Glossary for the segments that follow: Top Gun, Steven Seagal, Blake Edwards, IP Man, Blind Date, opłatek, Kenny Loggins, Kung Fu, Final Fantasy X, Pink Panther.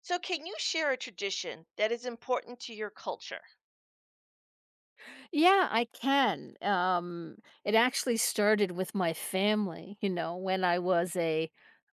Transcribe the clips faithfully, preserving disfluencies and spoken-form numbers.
So, can you share a tradition that is important to your culture? Yeah, I can. Um, it actually started with my family, you know, when I was a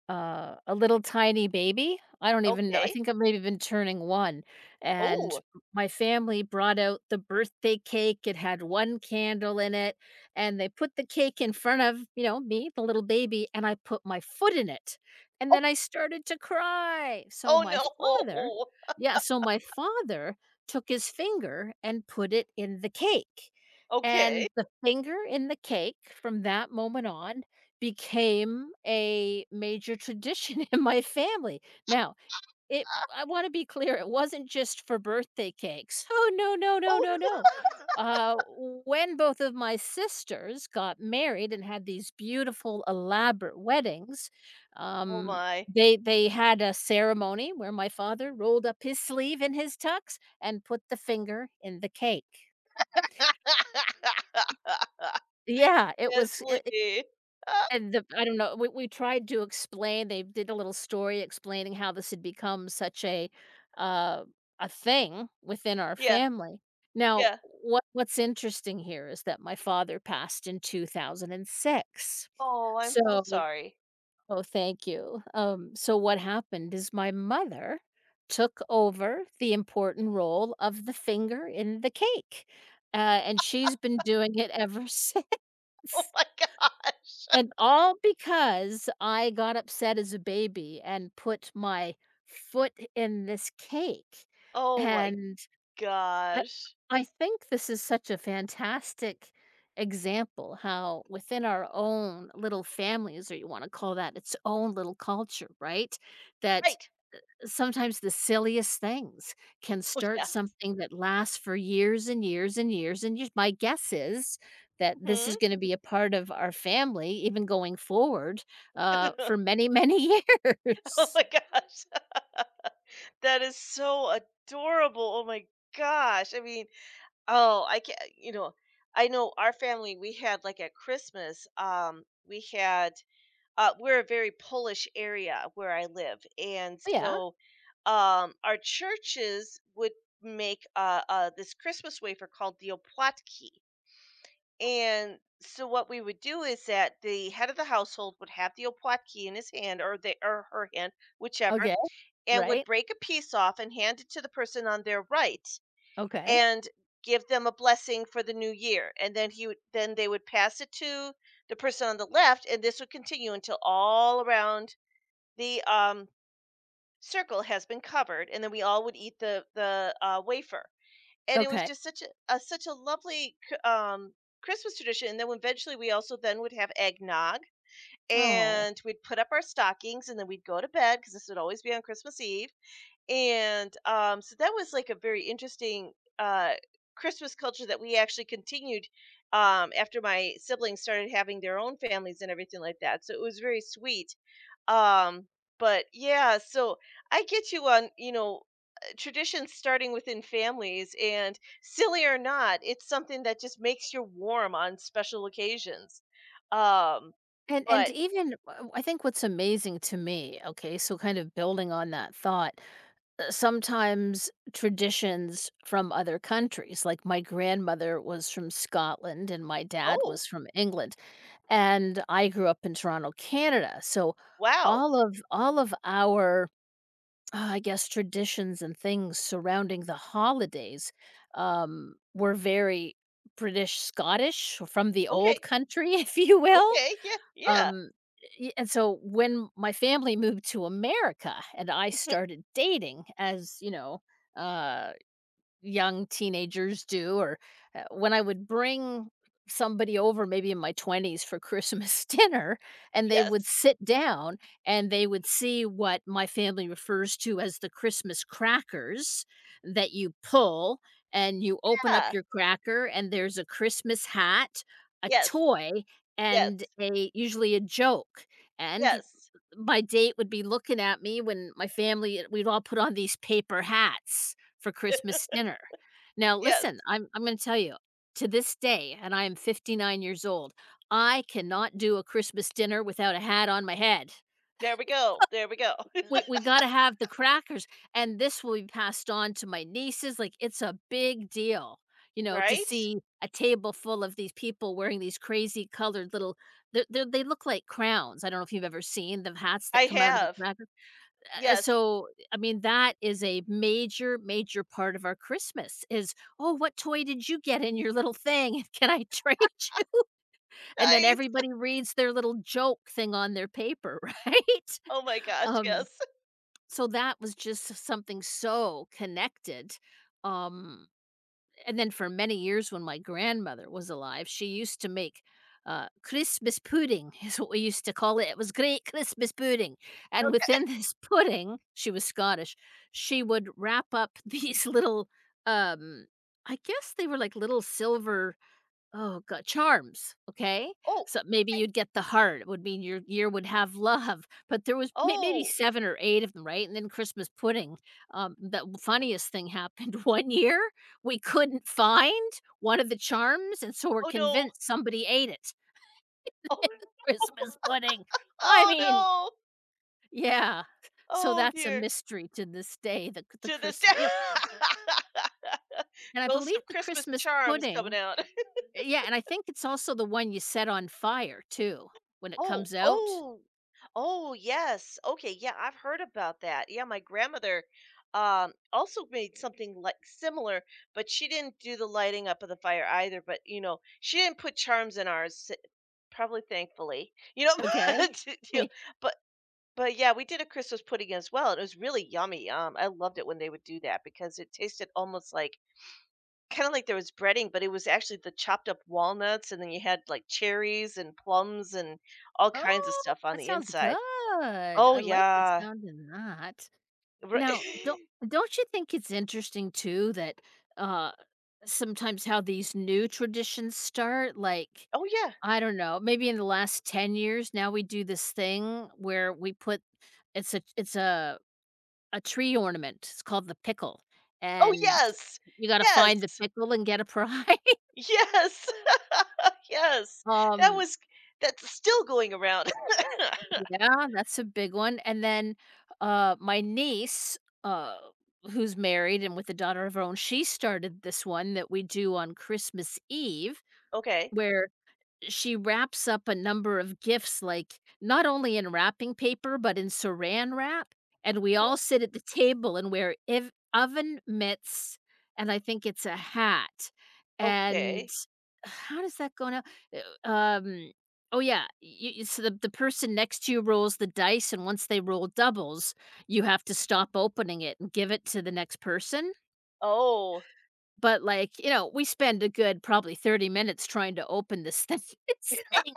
uh, a little tiny baby. I don't even know. I Okay. think I've maybe been turning one. And Oh. my family brought out the birthday cake. It had one candle in it. And they put the cake in front of, you know, me, the little baby, and I put my foot in it. And Oh, then I started to cry. So oh my no. father, yeah, so my father took his finger and put it in the cake. Okay. And the finger in the cake from that moment on became a major tradition in my family. Now, it I wanna be clear, it wasn't just for birthday cakes. Oh, no, no, no, Oh, no, no. Uh, when both of my sisters got married and had these beautiful, elaborate weddings, oh um, my. they they had a ceremony where my father rolled up his sleeve in his tux and put the finger in the cake. Yeah, it was I Seriously. Ah, And the I don't know, we we tried to explain they did a little story explaining how this had become such a, uh, a thing within our yeah. family. Now, Yeah. what what's interesting here is that my father passed in two thousand six. Oh, I'm so So sorry. oh, thank you. Um, so what happened is my mother took over the important role of the finger in the cake, uh, and she's been doing it ever since. Oh my gosh. And all because I got upset as a baby and put my foot in this cake. Oh my And I gosh. I think this is such a fantastic example how within our own little families, or you want to call that its own little culture, right? That Right. sometimes the silliest things can Oh start yes. something that lasts for years and years and years and years. My guess is that this is Hmm. gonna be a part of our family even going forward, uh, for many, many Oh years. my gosh. That is so adorable. Oh my gosh. I mean, oh, I can't you know, I know our family, we had, like, at Christmas, um, we had uh, we're a very Polish area where I live, and Yeah. so, um, our churches would make, uh, uh, this Christmas wafer called the opłatki, and so what we would do is that the head of the household would have the opłatki in his hand or the or her hand, whichever, Okay. and would Right. break a piece off and hand it to the person on their right Okay. and give them a blessing for the new year and then he would then they would pass it to the person on the left, and this would continue until all around the um circle has been covered, and then we all would eat the the uh, wafer, and it was Okay. just such a, a such a lovely c- um Christmas tradition. And then eventually we also then would have eggnog, Oh, and we'd put up our stockings, and then we'd go to bed because this would always be on Christmas Eve. And um, so that was like a very interesting uh, Christmas culture that we actually continued, um, after my siblings started having their own families and everything like that. So it was very sweet. Um, but yeah, so I get you on you know uh, traditions starting within families, and silly or not, it's something that just makes you warm on special occasions. Um, and and but even, uh, I think what's amazing to me, okay, so kind of building on that thought, uh, sometimes traditions from other countries. Like my grandmother was from Scotland and my dad oh was from England, and I grew up in Toronto, Canada. So wow, all of all of our uh, I guess traditions and things surrounding the holidays um, were very British Scottish or from the old okay, country, if you will. okay, yeah, yeah, Um, y and so when my family moved to America and I started dating as, you know, uh young teenagers do or uh, when I would bring somebody over maybe in my twenties for Christmas dinner and they would yes, sit down and they would see what my family refers to as the Christmas crackers that you pull and you open up yeah. your cracker and there's a Christmas hat, a Yes, toy yes, and a usually a joke. And yes, my date would be looking at me when my family eh, we'd all put on these paper hats for Christmas dinner. Now yes. listen, I'm I'm gonna tell you, to this day, and I am fifty-nine years old, I cannot do a Christmas dinner without a hat on my head. There we go, there we go. We we gotta have the crackers, and this will be passed on to my nieces, like, it's a big deal, you know, to Right? see a table full of these people wearing these crazy colored little they they look like crowns, I don't know if you've ever seen the hats I that come out of the have. crackers. Uh, Yes. so, I mean, that is a major, major part of our Christmas is, "Oh, what toy did you get in your little thing? Can I trade you?" And then Nice. everybody reads their little joke thing on their paper, right? Oh my gosh, Um, yes. so that was just something so connected, um and then for many years when my grandmother was alive, she used to make uh, Christmas pudding is what we used to call it. It was great Christmas pudding. And within this pudding, she was Scottish, she would wrap up these little um I guess they were like little silver oh, go charms, okay? Oh, So maybe you'd get the heart. It would mean your year would have love, but there was may maybe oh, seven or eight of them, right? And then Christmas pudding. Um, the funniest thing happened one year, we couldn't find one of the charms, and so we're oh no. convinced somebody ate it Oh no. Christmas pudding. I Oh mean, no. yeah. So Oh that's a dear. mystery to this day, the the To this day. Christmas, you know, and I Ghost believe of the Christmas Christmas Charms coming pudding. out. Yeah, and I think it's also the one you set on fire too when it Oh, comes out. oh, oh, yes. Okay, yeah, I've heard about that. Yeah, my grandmother um also made something like similar, but she didn't do the lighting up of the fire either, but you know, she didn't put charms in ours, s- probably thankfully. You know, Okay. but you know, but but yeah, we did a Christmas pudding as well, and it was really yummy. Um, I loved it when they would do that because it tasted almost like Kinda like there was breading, but it was actually the chopped up walnuts, and then you had, like, cherries and plums and all kinds of Oh, stuff on that the sounds inside. good. Oh, I like the yeah. sound of that. Righ. Now, don't don't you think it's interesting too that uh sometimes how these new traditions start like Oh, yeah. I don't know, maybe in the last ten years now we do this thing where we put it's a it's a a tree ornament. It's called the pickle. Oh, And yes! you got to find the Yes! pickle and get a prize. Yes! Yes! That Um, was that's still going around. yeah, that's a big one, and then, uh, my niece, uh, who's married and with a daughter of her own, she started this one that we do on Christmas Eve, Okay. where she wraps up a number of gifts, like, not only in wrapping paper, but in Saran wrap, and we all Oh, sit at the table and wear ev oven mitts, and I think it's a hat, and okay. how does that go now? Uh, um, oh yeah, y y so the the person next to you rolls the dice, and once they roll doubles, you have to stop opening it and give it to the next person? Oh. But, like, you know, we spend a good probably thirty minutes trying to open this thing this thing,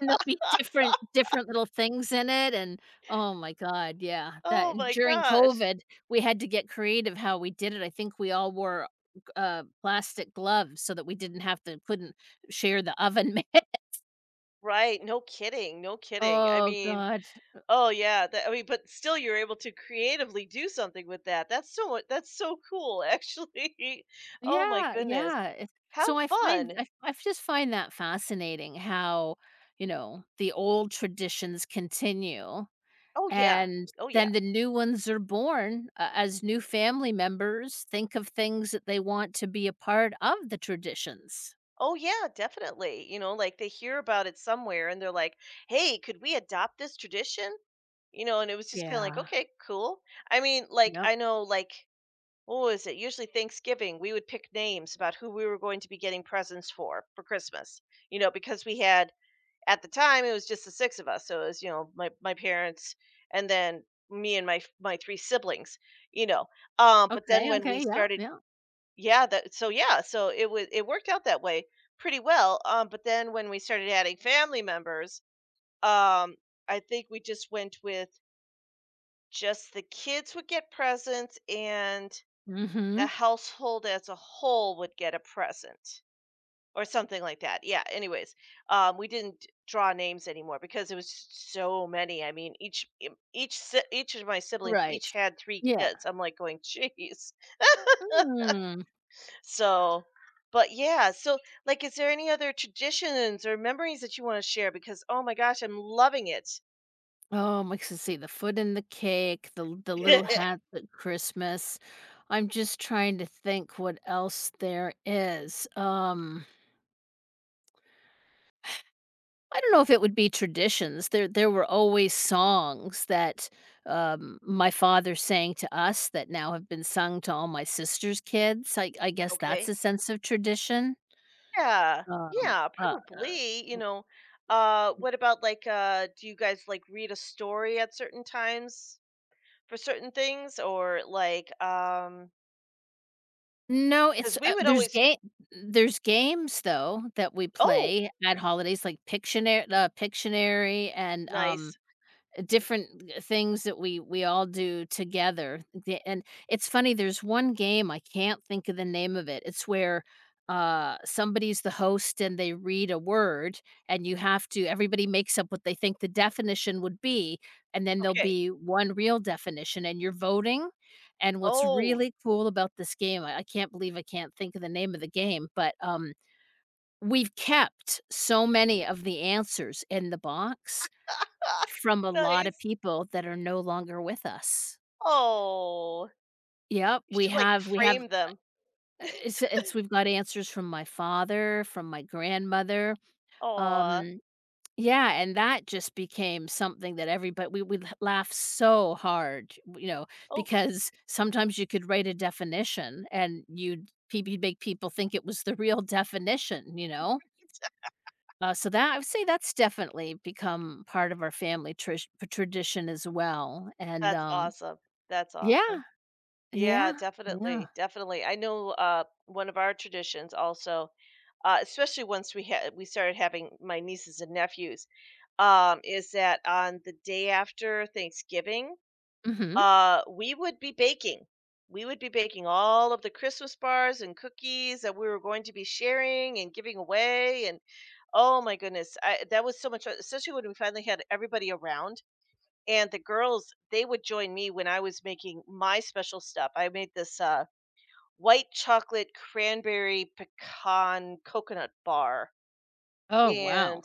and there'll be different different little things in it, and oh my god, yeah, that Oh and my during gosh. COVID, we had to get creative how we did it. I think we all wore, uh, plastic gloves so that we didn't have to couldn't share the oven mitt. Right, no kidding, no kidding. I Oh mean, god. oh yeah, that, I mean, but still, you're able to creatively do something with that. That's so mu- that's so cool, actually. Oh my Yeah, goodness, yeah, it how so I find fun! I I just find that fascinating how, you know, the old traditions continue. Oh yeah, And oh yeah, then the new ones are born uh, as new family members think of things that they want to be a part of the traditions. oh yeah, definitely. You know, like they hear about it somewhere, and they're like, "Hey, could we adopt this tradition?" You know, and it was just kind of like, Yeah. "Okay, cool." I mean, like Yep. I know, like what was it? Usually Thanksgiving, we would pick names about who we were going to be getting presents for for Christmas. You know, because we had at the time it was just the six of us, so it was you know my my parents, and then me and my f- my three siblings, you know. Um, but then Okay. when we Okay. Yeah. started Yeah. yeah that so yeah so it was it worked out that way pretty well. Um, but then when we started adding family members, um, I think we just went with just the kids would get presents, and Mm-hmm. the household as a whole would get a present or something like that. Yeah. Anyways, um, we didn't draw names anymore because it was so many. I mean, each em- each si- each of my siblings Right. each had three Yeah. kids. I'm like going, jeez. Hmm. So, but yeah. So, like, is there any other traditions or memories that you want to share? Because oh my gosh, I'm loving it. Oh, like so see the foot in the cake, the the little hats at Christmas. I'm just trying to think what else there is. Um I don't know if it would be traditions. There there were always songs that, um, my father sang to us that now have been sung to all my sister's kids. I I guess that's Okay. a sense of tradition. Yeah. Um, Yeah. uh, Probably. You know. Uh, what about like uh, do you guys like read a story at certain times? For certain things or, like, um, no, because it's, we uh, would there's always. game, There's games though that we Oh, play at holidays like Pictionary, uh, Pictionary and, um nice. different uh, things that we we all do together. The and It's funny, there's one game, I can't think of the name of it. It's where, uh, somebody's the host and they read a word, and you have to everybody makes up what they think the definition would be, and then there'll Okay. be one real definition, and you're voting, and what's Oh, really cool about this game, I I can't believe I can't think of the name of the game, but, um, we've kept so many of the answers in the box from a lot of nice. people that are no longer with us. Oh, Yep, you we should, like, have we have frame them. uh, it's it's we've got answers from my father, from my grandmother, Aw. um, yeah, and that just became something that everybody we would laugh so hard, you know, Oh, because sometimes you could write a definition and you'd pe you'd make people think it was the real definition, you know? Uh, so that I would say that's definitely become part of our family trish tradition as well, and, that's um awesome. That's awesome. yeah. Yeah, Yeah, yeah. definitely, definitely. I know, uh, one of our traditions also, uh, especially once we had we started having my nieces and nephews, um, is that on the day after Thanksgiving Mhm. Uh, we would be baking. We would be baking all of the Christmas bars and cookies that we were going to be sharing and giving away. And oh my goodness, I, that was so much fun, especially when we finally had everybody around. And the girls, they would join me when I was making my special stuff. I made this uh, white chocolate cranberry pecan coconut bar. Oh, wow. And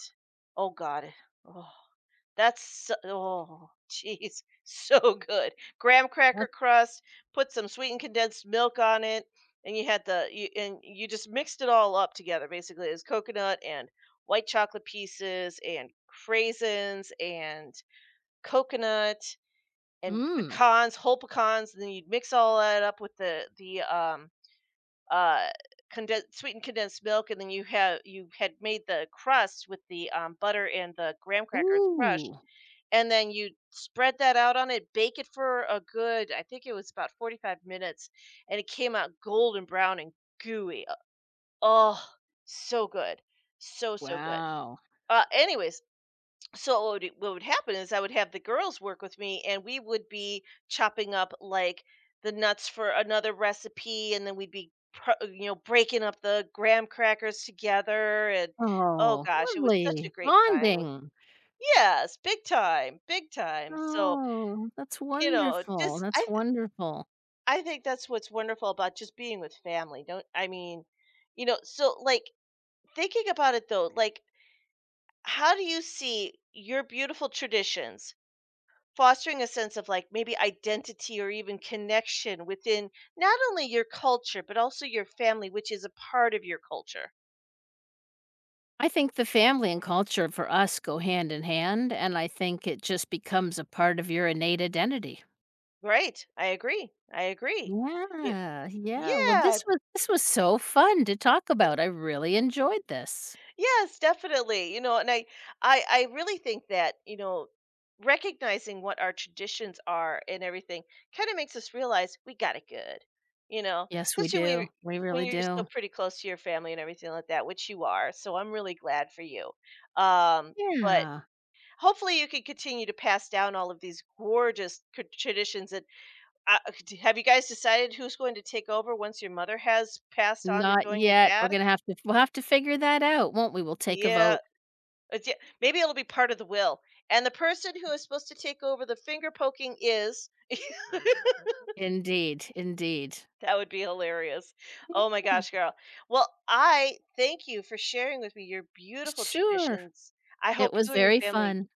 oh God, oh, that's so oh, jeez, so good. Graham cracker That's crust, put some sweetened condensed milk on it, and you had the you and you just mixed it all up together, basically. It was coconut and white chocolate pieces and craisins and coconut and mm. pecans, whole pecans, and then you'd mix all that up with the the um uh condensed, sweetened condensed milk, and then you have you had made the crust with the um, butter and the graham crackers crushed, Ooh, and then you spread that out on it, bake it for a good I think it was about forty-five minutes, and it came out golden brown and gooey. Uh, oh, so good. So, so good. wow. Uh, anyways, so what would, what would happen is I would have the girls work with me, and we would be chopping up like the nuts for another recipe, and then we'd be pro- uh, you know, breaking up the graham crackers together, and oh Oh, gosh, it was such a lovely. great time with Bonding. yes, big time, big time. So Oh, that's you know, wonderful, just I That's th- wonderful. I think that's what's wonderful about just being with family. Don't I mean, you know, so like thinking about it though, like how do you see your beautiful traditions fostering a sense of like maybe identity or even connection within not only your culture but also your family, which is a part of your culture? I think the family and culture for us go hand in hand, and I think it just becomes a part of your innate identity. Great. I agree. I agree. It, Yeah, yeah. Well, yeah, this was this was so fun to talk about. I really enjoyed this. yes, definitely. You know, and I, I, I really think that you know, recognizing what our traditions are and everything kind of makes us realize we got it good. You know, Yes, we especially when you're, do. We when really you're still do. pretty close to your family and everything like that, which you are. So I'm really glad for you. Um, but Yeah. hopefully you can continue to pass down all of these gorgeous c- traditions. And uh, uh, d- have you guys decided who's going to take over once your mother has passed on to Not join your yet. We're dad? gonna have to we'll have to figure that out, won't we? We'll take a Yeah, vote. it's, yeah, maybe it'll be part of the will. And the person who is supposed to take over the finger poking is. Indeed, indeed. That would be hilarious. Oh my Yeah, gosh, girl. Well, I thank you for sharing with me your beautiful sure. traditions. I hope It was you and your very family, fun.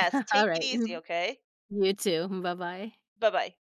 take All right. it easy, Mm-hmm. okay? You too. Bye-bye. Bye bye.